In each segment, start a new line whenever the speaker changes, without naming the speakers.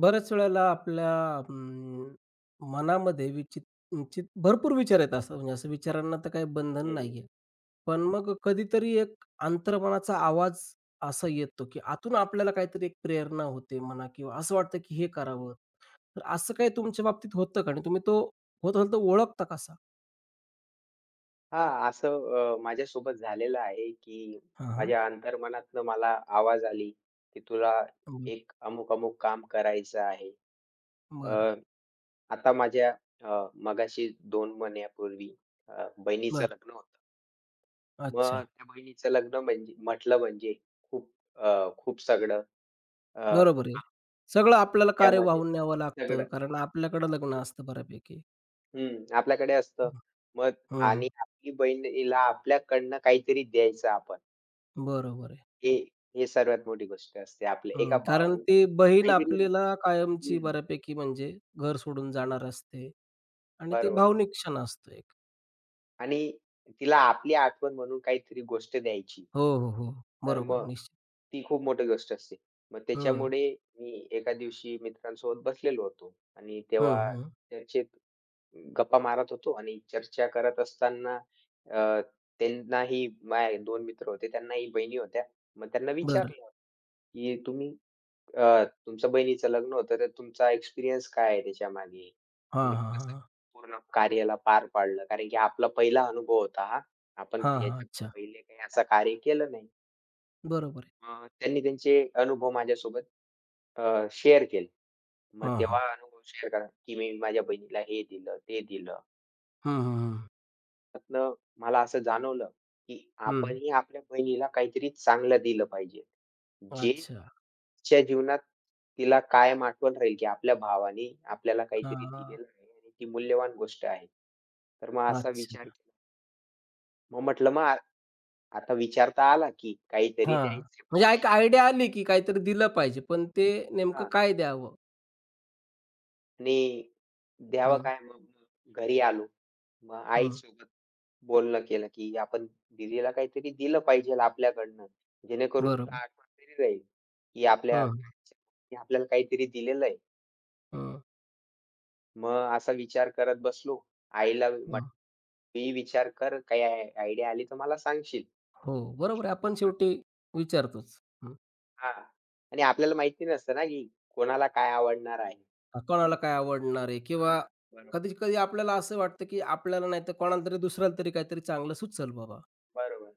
बऱ्याच वेळेला आपल्या अं, मनामध्ये विचित विचित भरपूर विचार आहेत असं म्हणजे असं विचारांना तर काही बंधन
हं.
नाहीये. पण मग कधीतरी एक अंतर्मनाचा आवाज असा येतो, की आतून आपल्याला काहीतरी एक प्रेरणा होते म्हणा किंवा असं वाटतं, की हे करावं. तर असं काही तुमच्या बाबतीत होतं का? आणि तुम्ही तो होत असेल तर ओळखता कसा?
हां, असं माझ्यासोबत झालेलं आहे, की
हां, हां.
माझ्या अंतर्मनातनं मला आवाज आली, की तुला
हं.
एक अमुक-अमुक काम करायचं आहे. अ,
बरं,
आता माझ्या अ, मगाशी 2 महिन्यापूर्वी बहिणीचं
बरं.
लग्न होतं.
अच्छा.
मग त्या बहिणीचं लग्न म्हणजे म्हटलं म्हणजे खूप खूप सगळं अ,
बरोबर आहे. सगळं आपल्याला कार्य
त्यामध्ये
वाहून न्यावं लागतं
सगळं
कारण आपल्याकडं लग्न असतं बऱ्यापैकी.
हं, आपल्याकडे असतं.
हं,
मग आणि आपली बहिणीला आपल्याकडनं काहीतरी द्यायचं आपण.
बरोबर आहे.
हे हे सर्वात मोठी गोष्ट असते आपल्या
हं,
एका
कारण
भावाला
ती बहीण
काहीतरी
आपल्याला कायमची
हं,
बऱ्यापैकी म्हणजे घर सोडून जाणार असते आणि ते
बरोबर
भावनिक क्षण असतो एक.
आणि तिला आपली आठवण म्हणून काहीतरी गोष्ट द्यायची.
हो, हो, हो.
तर
बरोबर आहे
मग
निश्चित.
ती खूप मोठी गोष्ट असते. मग
हं,
त्याच्यामुळे मी एका दिवशी मित्रांसोबत बसलेलो होतो आणि
हं,
तेव्हा
हं.
चर्चेत गप्पा मारत होतो आणि चर्चा करत असताना अ, त्यांनाही माझे 2 मित्र होते, त्यांनाही बहिणी होत्या. मग त्यांना
बरं.
विचारलं की तुम्ही तुमच्या बहिणीचं लग्न होतं, तर तुमचा एक्सपिरियन्स काय आहे त्याच्यामागे?
हां,
तुम्ही
हां,
कसं
हां.
पूर्ण कार्याला पार पाडलं? कारण की आपला पहिला अनुभव होता हा. आपण
हां, हां.
याच्या
अच्छा.
पहिले काही असं कार्य केलं नाही.
बरोबर आहे.
मग त्यांनी त्यांचे अनुभव माझ्यासोबत शेअर केले. मग
हां,
तेव्हा
हां.
अनुभव शेअर करा, की मी माझ्या बहिणीला हे दिलं, ते दिलं.
हं, हं, हं.
त्यातनं मला असं जाणवलं, की
हं.
आपणही आपल्या बहिणीला काहीतरी चांगलं दिलं पाहिजे. जे
अच्छा.
तिच्या जीवनात तिला कायम आठवण राहील, की आपल्या भावाने आपल्याला काहीतरी
हां.
दिलेलं आहे आणि ती मूल्यवान गोष्ट आहे. तर मग असा विचार
अच्छा.
केला. मग म्हटलं मग आता विचार तर आला, की काहीतरी
हां.
द्यायचं
म्हणजे
म्हणजे
एक आयडिया आली की काहीतरी दिलं पाहिजे, पण ते नेमकं
हां
काय द्यावं?
आणि द्यावं
हं,
काय मग? मग घरी आलो. मग
हं.
आईसोबत बोलणं केलं, की आपण दीदीला काहीतरी दिलं पाहिजेल आपल्याकडनं, जेणेकरून तिला
बरोबर.
आठवण तरी राहील, की
हं,
आपल्या
हं,
की आपल्याला काहीतरी दिलेलं आहे. मग असा विचार करत बसलो. आईला म्हटलं,
हं.
"मी विचार कर, काही आयडिया आली तर मला सांगशील."
हो, बरोबर आहे. आपण शेवटी विचारतोच.
हां. आणि आपल्याला माहिती नसतं ना, की कोणाला काय आवडणार आहे?
कोणाला काय आवडणार आहे किंवा
हां, बरोबर.
कधी-कधी आपल्याला असं वाटतं, की आपल्याला नाही तर कोणाला तरी दुसऱ्याला तरी काहीतरी चांगलं सुचेल बाबा.
बरोबर.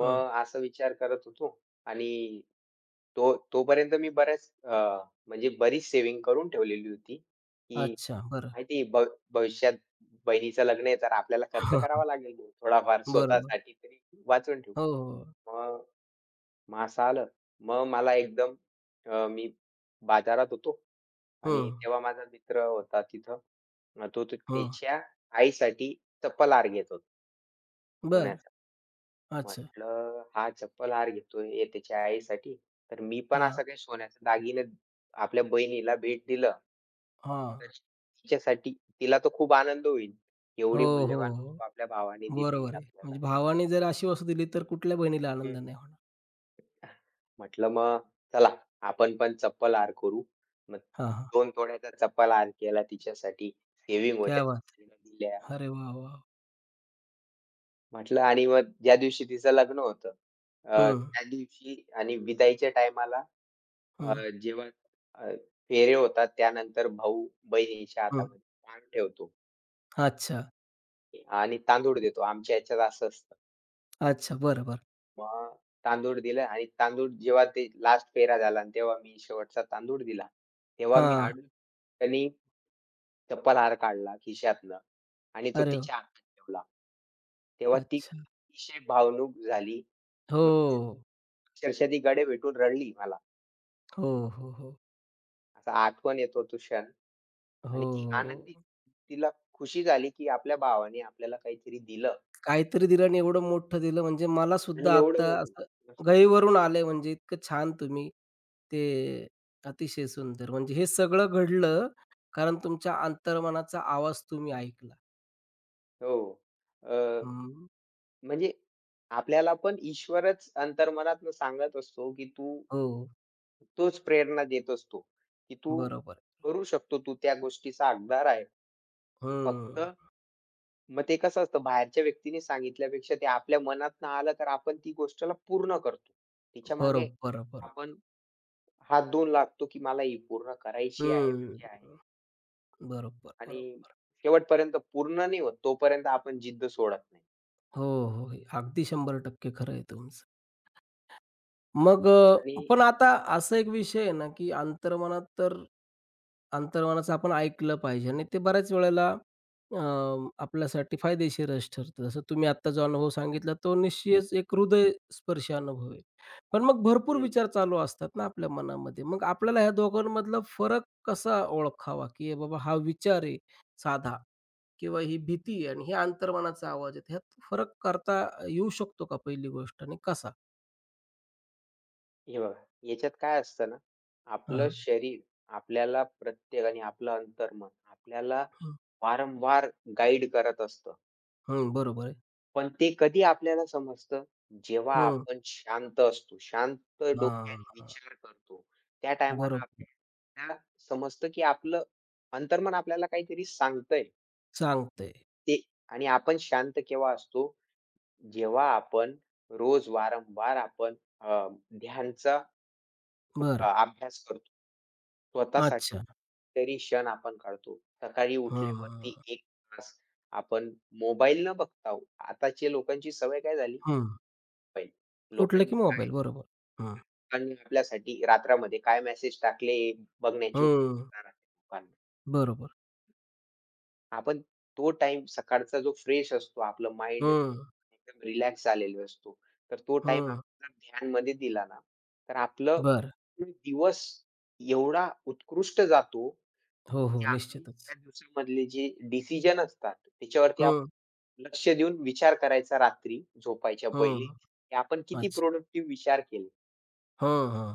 हं.
असा विचार करत होतो आणि तो तोपर्यंत मी म्हणजे बरीच सेव्हिंग करून ठेवलेली होती, की
अच्छा, बरं.
माहिती भविष्यात बहिणीचं लग्न आहे, तर आपल्याला खर्च
हं,
करावा लागेल थोडाफार
बरोबर.
स्वतःसाठी तरी वाचवून ठेवू.
हो, हो.
मग मग असं आलं. मग मला मी बाजारात होतो
हो.
आणि तेव्हा माझा मित्र होता तिथं. मग तो तो
हं, हं.
त्याच्या आईसाठी चप्पल हार घेत होता.
बरं.
सोन्याचा.
अच्छा.
म्हटलं, हा चप्पल हार घेतोय हे त्याच्या आईसाठी, तर मी पण
हां,
असा काही सोन्याचा दागिने आपल्या बहिणीला भेट दिलं,
हां.
तर तिच्यासाठी तिला तर खूप आनंद होईल.
हो,
एवढी
हो,
मूल्यवान
हो.
वस्तू आपल्या भावाने दिली
बरोबर आहे.
आपल्याला.
म्हणजे भावाने जर अशी वस्तू दिली तर कुठल्या बहिणीला आनंद
हं.
नाही होणार.
म्हटलं मग चला आपण पण चप्पल हार करू. मग
हां, हां.
2 तोळ्याचा चप्पल हार केला तिच्यासाठी. सेव्हिंग
क्या
होत्या
बात
त्या तिला दिल्या.
अरे वाह, वाह!
म्हटलं आणि मग ज्या दिवशी तिचं लग्न होतं,
हं,
त्या दिवशी आणि विदाईच्या टायमाला अ,
हं,
जेव्हा अ, फेरे होतात त्यानंतर भाऊ-बहिणीच्या
हं.
हातामध्ये ताट ठेवतो
अच्छा,
आणि तांदूळ देतो. आमच्या ह्याच्यात असं असतं.
अच्छा. बरं, बरं.
मग तांदूळ दिलं आणि तांदूळ जेव्हा ते लास्ट फेरा झाला आणि तेव्हा मी शेवटचा तांदूळ दिला. तेव्हा मी
हां.
हळूच त्यांनी चप्पल हार काढला खिशातनं आणि तो
अरे वाह!
तिच्या हातात ठेवला. तेव्हा ती
अच्छा.
अतिशय भावनूक झाली. म्हणजे
हो,
अक्षरशः ती गळे भेटून रडली मला.
हो, हो, हो.
असा आठवण येतो तो क्षण. आणि ती आनंदी
हो.
तिला खुशी झाली, की आपल्या भावाने आपल्याला काहीतरी दिलं
काहीतरी दिलं आणि एवढं मोठं दिलं म्हणजे मला
आणि
सुद्धा
एवढं
आता
मोठं.
असं गहिवरून आलंय म्हणजे इतकं छान तुम्ही ते अतिशय सुंदर. म्हणजे हे सगळं घडलं कारण तुमच्या अंतर्मनाचा आवाज तुम्ही ऐकला.
हो. अ,
हं.
म्हणजे आपल्याला पण ईश्वरच अंतर्मनातनं सांगत असतो, की तू
हो.
तोच प्रेरणा देत असतो, की तू
बरोबर.
करू शकतो. तू त्या गोष्टीचा हकदार आहे. फक्त
हं.
मग ते कसं असतं बाहेरच्या व्यक्तीने सांगितल्यापेक्षा ते आपल्या मनातनं आलं, तर आपण ती गोष्टला पूर्ण करतो. तिच्यामागे
बरोबर, बरोबर.
आपण हात धुवून लागतो, की मला ही पूर्ण करायची आहे
हं.
म्हणजे आहे.
बरोबर,
आणि
बरोबर.
शेवटपर्यंत पूर्ण नाही होत, तोपर्यंत आपण जिद्द सोडत नाही.
हो, हो. हे अगदी 100% खरं आहे तुमचं. मग
आणि
पण आता असा एक विषय आहे ना, की अंतर्मनात तर अंतर्मनाचं आपण ऐकलं पाहिजे आणि ते बऱ्याच वेळेला अ, आपल्यासाठी फायदेशीरच ठरतं. जसं तुम्ही आत्ता जो अनुभव सांगितला तो निश्चितच एक हृदयस्पर्शी अनुभव आहे. पण मग भरपूर
हं,
विचार चालू असतात ना आपल्या मनामध्ये. मग आपल्याला ह्या दोघांमधला फरक कसा ओळखावा, की हे बाबा हा विचार आहे साधा किंवा ही भीती आहे आणि हे अंतर्मनाचा आवाज आहे. ह्यात फरक करता येऊ शकतो का पहिली गोष्ट आणि कसा?
हे बघा याच्यात काय असतं ना, आपलं
हां.
शरीर आपल्याला प्रत्येक आणि आपलं अंतर्मन आपल्याला वारंवार गाईड करत असतं.
हं, बरोबर आहे.
पण ते कधी आपल्याला समजतं? जेव्हा
हं.
आपण शांत असतो, शांत डोक्याने
हां.
विचार करतो. त्या टायमाला
बरोबर.
आपल्याला समजतं, की आपलं अंतर्मन आपल्याला काहीतरी सांगतंय
सांगतंय.
ते. आणि आपण शांत केव्हा असतो? जेव्हा आपण रोज वारंवार आपण अ, ध्यानचा
बरं.
अभ्यास करतो. स्वतःसाठी
अच्छा.
तरी क्षण आपण काढतो. सकाळी
हं,
उठल्यावरती एक तास आपण मोबाईल न बघता आताच्या लोकांची सवय काय झाली?
हं.
मोबाईल.
उठलं
लोकांनी
की
काय
मोबाईल. बरोबर. हं,
लोकांनी आपल्यासाठी रात्रामध्ये काय मेसेज टाकले बघण्याची
हं.
उत्सुकता राहते लोकांना.
बरोबर.
आपण तो टाइम सकाळचा जो फ्रेश असतो, आपलं माइंड
हं,
एकदम रिलॅक्स झालेला असतो. तर तो टाइम
हं.
आपण जर ध्यानमध्ये दिला ना, तर आपलं
बरं.
पूर्ण दिवस एवढा उत्कृष्ट जातो,
हो,
की
हो.
आपली
निश्चितच.
त्या दिवसामधले जे डिसिजन असतात, त्याच्यावरती
हं,
आपण लक्ष देऊन विचार करायचा रात्री झोपायच्या
हं.
पहिले, की आपण किती
अच्छा.
प्रॉडक्टिव्ह विचार केले.
हं, हं.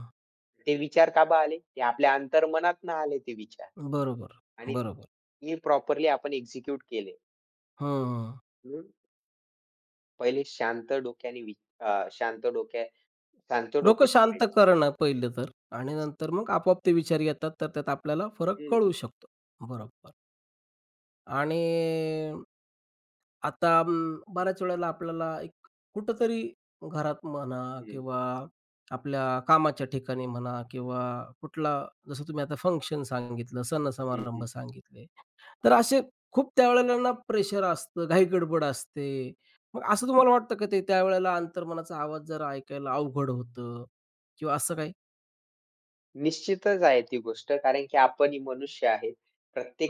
ते विचार का बा आले? ते आपल्या अंतर्मनातनं आले ते विचार
बरोबर,
आणि
बरोबर.
ते प्रॉपरली आपण एक्झिक्यूट केले.
हं.
पहिले शांत डोक्याने वि अ, शांत डोक्या शांत
डोकं
डोकं
शांत
ठेवायचं.
करणं पहिलं तर आणि नंतर मग आपोआप ते विचार येतात, तर त्यात आपल्याला फरक
हं,
कळू शकतो. बरोबर. आणि आता
हं,
बऱ्याच वेळेला आपल्याला एक कुठेतरी घरात म्हणा
हं,
किंवा आपल्या कामाच्या ठिकाणी म्हणा किंवा कुठला जसं तुम्ही आता फंक्शन सांगितलं, सण
हं,
समारंभ
हं.
सांगितले. तर असे खूप त्यावेळेला ना प्रेशर असतं, घाई गडबड असते. मग असं तुम्हाला वाटतं का ते त्यावेळेला अंतर्मनाचा आवाज जरा ऐकायला अवघड होतं किंवा असं काही?
निश्चितच आहे ती गोष्ट कारण की आपण ही मनुष्य आहे.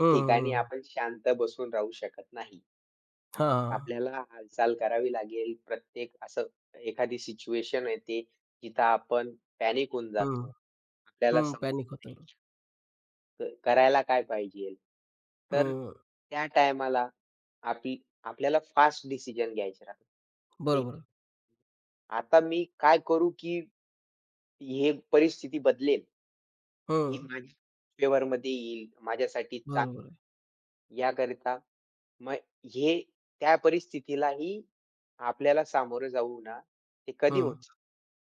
हं, हं,
ठिकाणी
हं.
आपण शांत बसून राहू शकत नाही.
हां, हां.
आपल्याला हालचाल करावी लागेल. प्रत्येक असं एखादी सिच्युएशन येते, जिथं आपण पॅनिक होऊन
हं,
जातो. आपल्याला
हं. पॅनिक
समजत
होतं.
नाही, की करायला काय पाहिजे? तर
हं.
त्या टायमाला आपली आपल्याला फास्ट डिसिजन घ्यायचे राहतात. एक
बरोबर.
आता मी काय करू, की हे परिस्थिती बदलेल, ही
हं.
माझ्या फेवरमध्ये येईल, माझ्यासाठी
बरोबर.
चांगली याकरिता मग हे त्या परिस्थितीलाही आपल्याला सामोरं जाऊ ना, ते कधी
हं.
होतं?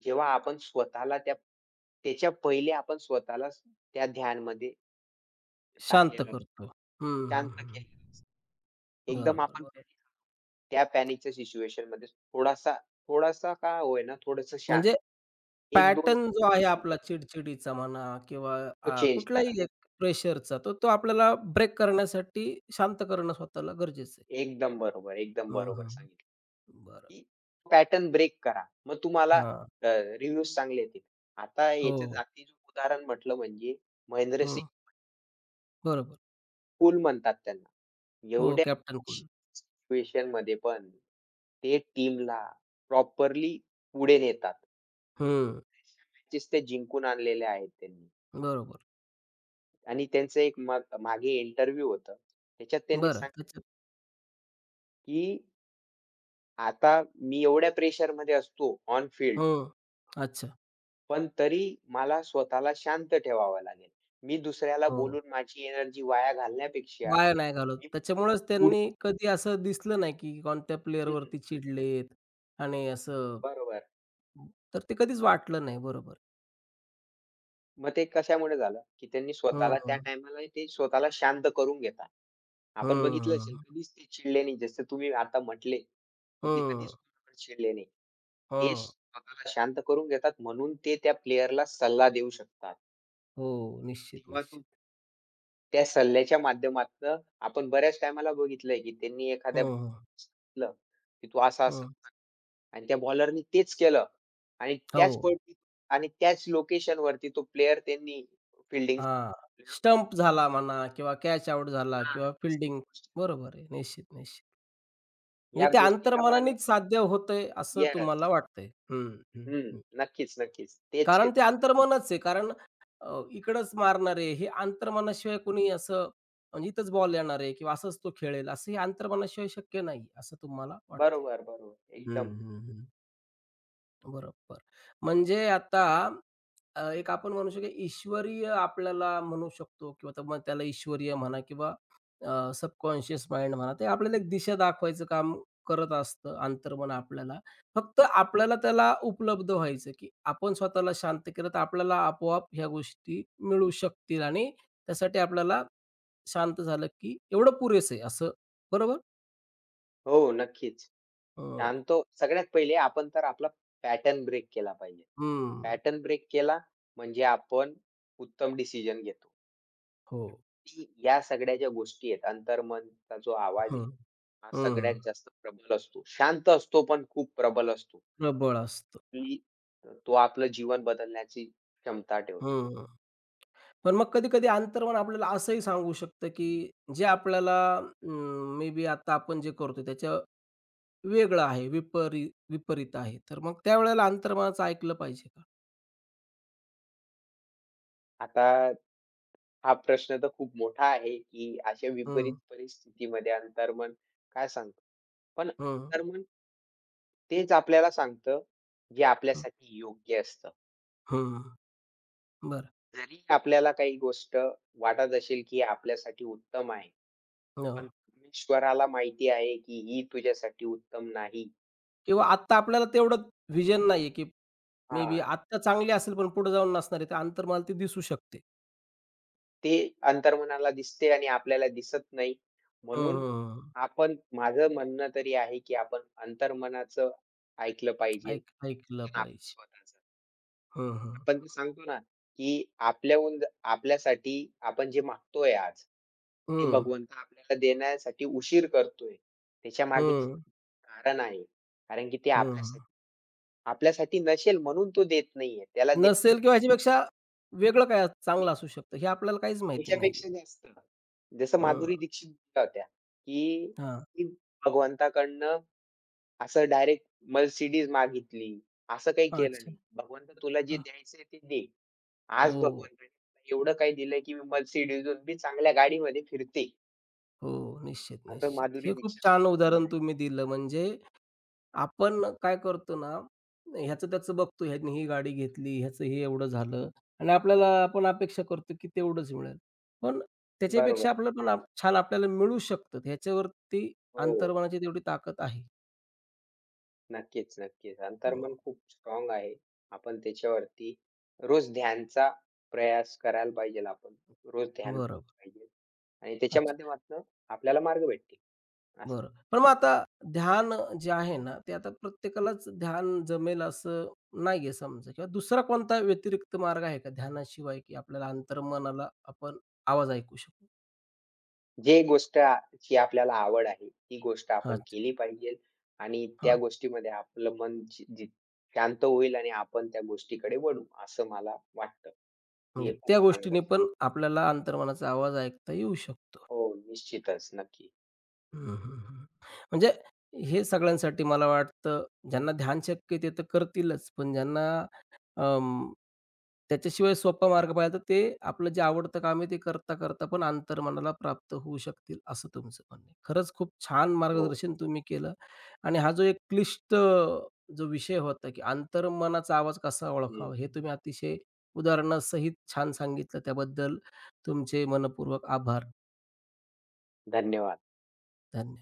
जेव्हा आपण स्वतःला त्या त्याच्या पहिले आपण स्वतःला त्या ध्यानमध्ये
शांत
टाकलेलं असतं,
करतो. हं, हं,
शांत
हं.
केलेलं असतं. एकदम
बरोबर,
आपण
बरोबर.
त्या पॅनिकच्या सिच्युएशनमध्ये थोडासा थोडासा का होईना थोडंसं शांत
म्हणजे
1-2
पॅटर्न जो आहे
सेकंद
आपला चिडचिडीचा म्हणा किंवा
तो चेंज करा.
कुठलाही एक प्रेशरचा, तर तो आपल्याला ब्रेक करण्यासाठी शांत करणं स्वतःला गरजेचं आहे.
एकदम बरोबर, एकदम
हं,
बरोबर
हं.
सांगितलं,
बरं.
की पॅटर्न ब्रेक करा. मग तुम्हाला
हां.
अ, रिव्ह्यूज चांगले येतील. आता याच्या
हो,
जाती उदाहरण म्हटलं म्हणजे महेंद्र
हो.
सिंग
बरोबर.
कूल म्हणतात त्यांना.
हो,
एवढ्या
कॅप्टन कूल.
सिच्युएशनमध्ये पण ते टीमला प्रॉपरली पुढे नेतात.
हं.
मॅचेस ते जिंकून आणलेल्या आहेत त्यांनी.
बरोबर.
आणि त्यांचं एक मग मागे इंटरव्ह्यू होतं. त्याच्यात त्यांनी
बरं
सांगितलं,
त्याच्यात
की आता मी एवढ्या प्रेशरमध्ये असतो ऑन फील्ड,
हं. अच्छा.
पण तरी मला स्वतःला शांत ठेवावं लागेल. मी दुसऱ्याला
हो.
बोलून माझी एनर्जी वाया घालण्यापेक्षा
वाया नाही घालवत.
मी
त्याच्यामुळेच
पुढे
त्यांनी कधी असं दिसलं नाही, की कोणत्या
हं,
प्लेयरवरती चिडलेत आणि असं
बरोबर.
तर ते कधीच वाटलं नाही. बरोबर.
मग ते कशामुळे झालं, की त्यांनी
हं,
स्वतःला त्या
हं.
टाईमाला ते स्वतःला शांत करून घेतात. आपण
हं,
बघितलं
हं.
असेल कधीच ते चिडले नाही. जसं तुम्ही आता म्हटले, की ते
हं,
कधीच कोणावर चिडले नाही. ते
हं.
स्वतःला शांत करून घेतात म्हणून ते त्या प्लेयरला सल्ला देऊ शकतात.
हो. निश्चित,
तेव्हा तो
निश्चित.
त्या सल्ल्याच्या माध्यमातनं आपण बऱ्याच टाईमाला बघितलंय, की त्यांनी एखाद्या
हं, हं.
सांगितलं, की तू असं-असं
हं.
कर आणि त्या बॉलरनी तेच केलं आणि
हो.
त्याच पळती आणि त्याच लोकेशनवरती तो प्लेयर त्यांनी फील्डिंग
हां. स्टंप झाला म्हणा किंवा कॅच आउट झाला
हां.
किंवा फील्डिंग. बरोबर आहे. निश्चित, निश्चित.
ह्या
म्हणजे ते
गोष्टींना
अंतर्मनानेच साध्य होतंय असं
येस.
तुम्हाला वाटतंय. हं, हं,
हं.
हं.
नक्कीच, नक्कीच. तेच
कारण
आहेत.
ते अंतर्मनच आहे. कारण इकडंच मारणार आहे. हे अंतर्मनाशिवाय कोणी असं म्हणजे इथंच बॉल येणार आहे किंवा असंच तो खेळेल असं हे अंतर्मनाशिवाय शक्य नाही, असं तुम्हाला वाटतंय.
बरोबर, बरोबर.
हं,
एकदम.
हं, हं. बरोबर. म्हणजे आता एक आपण म्हणू शकतो ईश्वरीय आपल्याला म्हणू शकतो किंवा तर मग त्याला ईश्वरीय म्हणा किंवा सबकॉन्शियस माइंड म्हणा, ते आपल्याला एक दिशा दाखवायचं काम करत असतं अंतर्मन आपल्याला. फक्त आपल्याला त्याला उपलब्ध व्हायचं, की आपण स्वतःला शांत केलं तर आपल्याला आपोआप ह्या गोष्टी मिळू शकतील आणि त्यासाठी आपल्याला शांत झालं, की एवढं पुरेसं आहे असं, बरोबर?
हो, नक्कीच.
अ,
सांगतो सगळ्यात पहिले आपण तर आपला पॅटर्न ब्रेक केला पाहिजे.
हं.
पॅटर्न ब्रेक केला म्हणजे आपण उत्तम डिसिजन घेतो.
हो.
की या सगळ्या ज्या गोष्टी आहेत, अंतर्मनचा जो आवाज आहे,
हं.
हा
हं.
सगळ्यात जास्त प्रबल असतो. शांत असतो पण खूप प्रबल असतो,
प्रबळ असतं.
की तो आपलं जीवन बदलण्याची क्षमता ठेवतो.
हं. पण मग कधी-कधी अंतर्मन आपल्याला असंही सांगू शकतं, की जे आपल्याला मे बी आता आपण जे करतो त्याच्या वेगळं आहे, विपरीत आहे. तर मग त्यावेळेला अंतर्मनाचं ऐकलं पाहिजे का?
आता हा प्रश्न तर खूप मोठा आहे, की अशा
हं,
विपरीत परिस्थितीमध्ये अंतर्मन काय सांगतं? पण
हं,
अंतर्मन तेच आपल्याला सांगतं, जे
हं,
आपल्यासाठी योग्य असतं.
हं. बरं.
जरी आपल्याला काही गोष्ट वाटत असेल, की आपल्यासाठी उत्तम आहे,
हो.
पण परमेश्वराला माहिती आहे, की ही तुझ्यासाठी उत्तम नाही.
किंवा आत्ता आपल्याला तेवढं व्हिजन नाहीये, की मे बी
हां,
आत्ता चांगली असेल, पण पुढे जाऊन नसणार आहे. तर अंतर्मनाला ती दिसू शकते.
ते अंतर्मनाला दिसते आणि आपल्याला दिसत नाही.
हं,
म्हणून
हं, हं.
आपण माझं म्हणणं तरी आहे, की आपण अंतर्मनाचं ऐकलं पाहिजे,
ऐकलं
आपण
पाहिजे.
स्वतःच.
हं, हं.
आपण ते सांगतो ना, की आपल्याहून ज- आपल्यासाठी आपण जे मागतोय आज, ते भगवंत आपल्याला देण्यासाठी उशीर करतोय. त्याच्यामागे
हं,
कारण आहे. कारण की ते
हं, हं.
आपल्यासाठी आपल्यासाठी नसेल म्हणून तो देत नाहीये. त्याला दे
नसेल किंवा ह्याच्यापेक्षा वेगळं चांगलं असू शकतं हे आपल्याला काहीच माहिती नाहीये.
याच्यापेक्षा जास्त. जसं
हं.
माधुरी दीक्षित बोलल्या होत्या, की
हां.
की भगवंताकडनं असं डायरेक्ट Mercedes मागितली, असं काही केलं
अच्छा.
नाही. भगवंत तुला जे
हां.
द्यायचंय ते दे. आज
हो,
भगवंताने मला एवढं काही दिलंय, की मी Mercedes बी चांगल्या गाडीमध्ये फिरते.
हो. निश्चित,
असं
निश्चित.
माधुरी
हे खूप
दीक्षित
छान
स्वतः
उदाहरण
म्हणाली.
तुम्ही दिलं. म्हणजे आपण काय करतो ना, ह्याचं त्याचं बघतो, ह्याने ही गाडी घेतली, ह्याचं हे एवढं झालं आणि आपल्याला आपण अपेक्षा करतो की तेवढंच मिळेल. पण
बरोबर.
त्याच्यापेक्षा आपलं पण आप छान आपल्याला मिळू शकतं. ह्याच्यावरती
हो.
अंतर्मनाची तेवढी ताकद आहे.
नक्कीच, नक्कीच.
हं.
अंतर्मन खूप स्ट्राँग आहे. आपण त्याच्यावरती रोज ध्यानचा प्रयास करायला पाहिजेल आपण. रोज ध्यान
बरोबर.
केलं पाहिजे आणि त्याच्या
अच्छा.
माध्यमातून आपल्याला मार्ग भेटतील. असं.
बरं. पण मग आता ध्यान जे आहे ना, ते आता प्रत्येकालाच ध्यान जमेल असं नाहीये समजा किंवा दुसरा कोणता व्यतिरिक्त मार्ग आहे का ध्यानाशिवाय, की आपल्याला अंतर्मनाला आपण आवाज ऐकू शकू?
जे गोष्ट ची आपल्याला आवड आहे, ती गोष्ट आपण
अच्छा.
केली पाहिजे आणि त्या
हां.
गोष्टीमध्ये आपलं मन जी जी शांत होईल आणि आपण त्या गोष्टीकडे वळू, असं मला वाटतं.
म्हणजे
हे खूप
त्या
चांगलं
गोष्टीने
असेल.
पण आपल्याला अंतर्मनाचा आवाज ऐकता येऊ शकतो.
हो, निश्चितच. नक्की.
हं, हं, हं. म्हणजे हे सगळ्यांसाठी मला वाटतं ज्यांना ध्यान शक्य आहे ते तर करतीलच, पण ज्यांना अं, त्याच्याशिवाय सोपा मार्ग पाहिला तर ते आपलं जे आवडतं काम आहे ते करता, करता पण अंतर्मनाला प्राप्त होऊ शकतील असं तुमचं म्हणणं आहे. खरंच खूप छान
हो.
मार्गदर्शन तुम्ही केलं आणि हा जो एक क्लिष्ट जो विषय होता, की अंतर्मनाचा आवाज कसा
हं.
ओळखावा हे तुम्ही अतिशय उदाहरणासहित छान सांगितलं. त्याबद्दल तुमचे मनःपूर्वक आभार.
धन्यवाद.
धन्यवाद.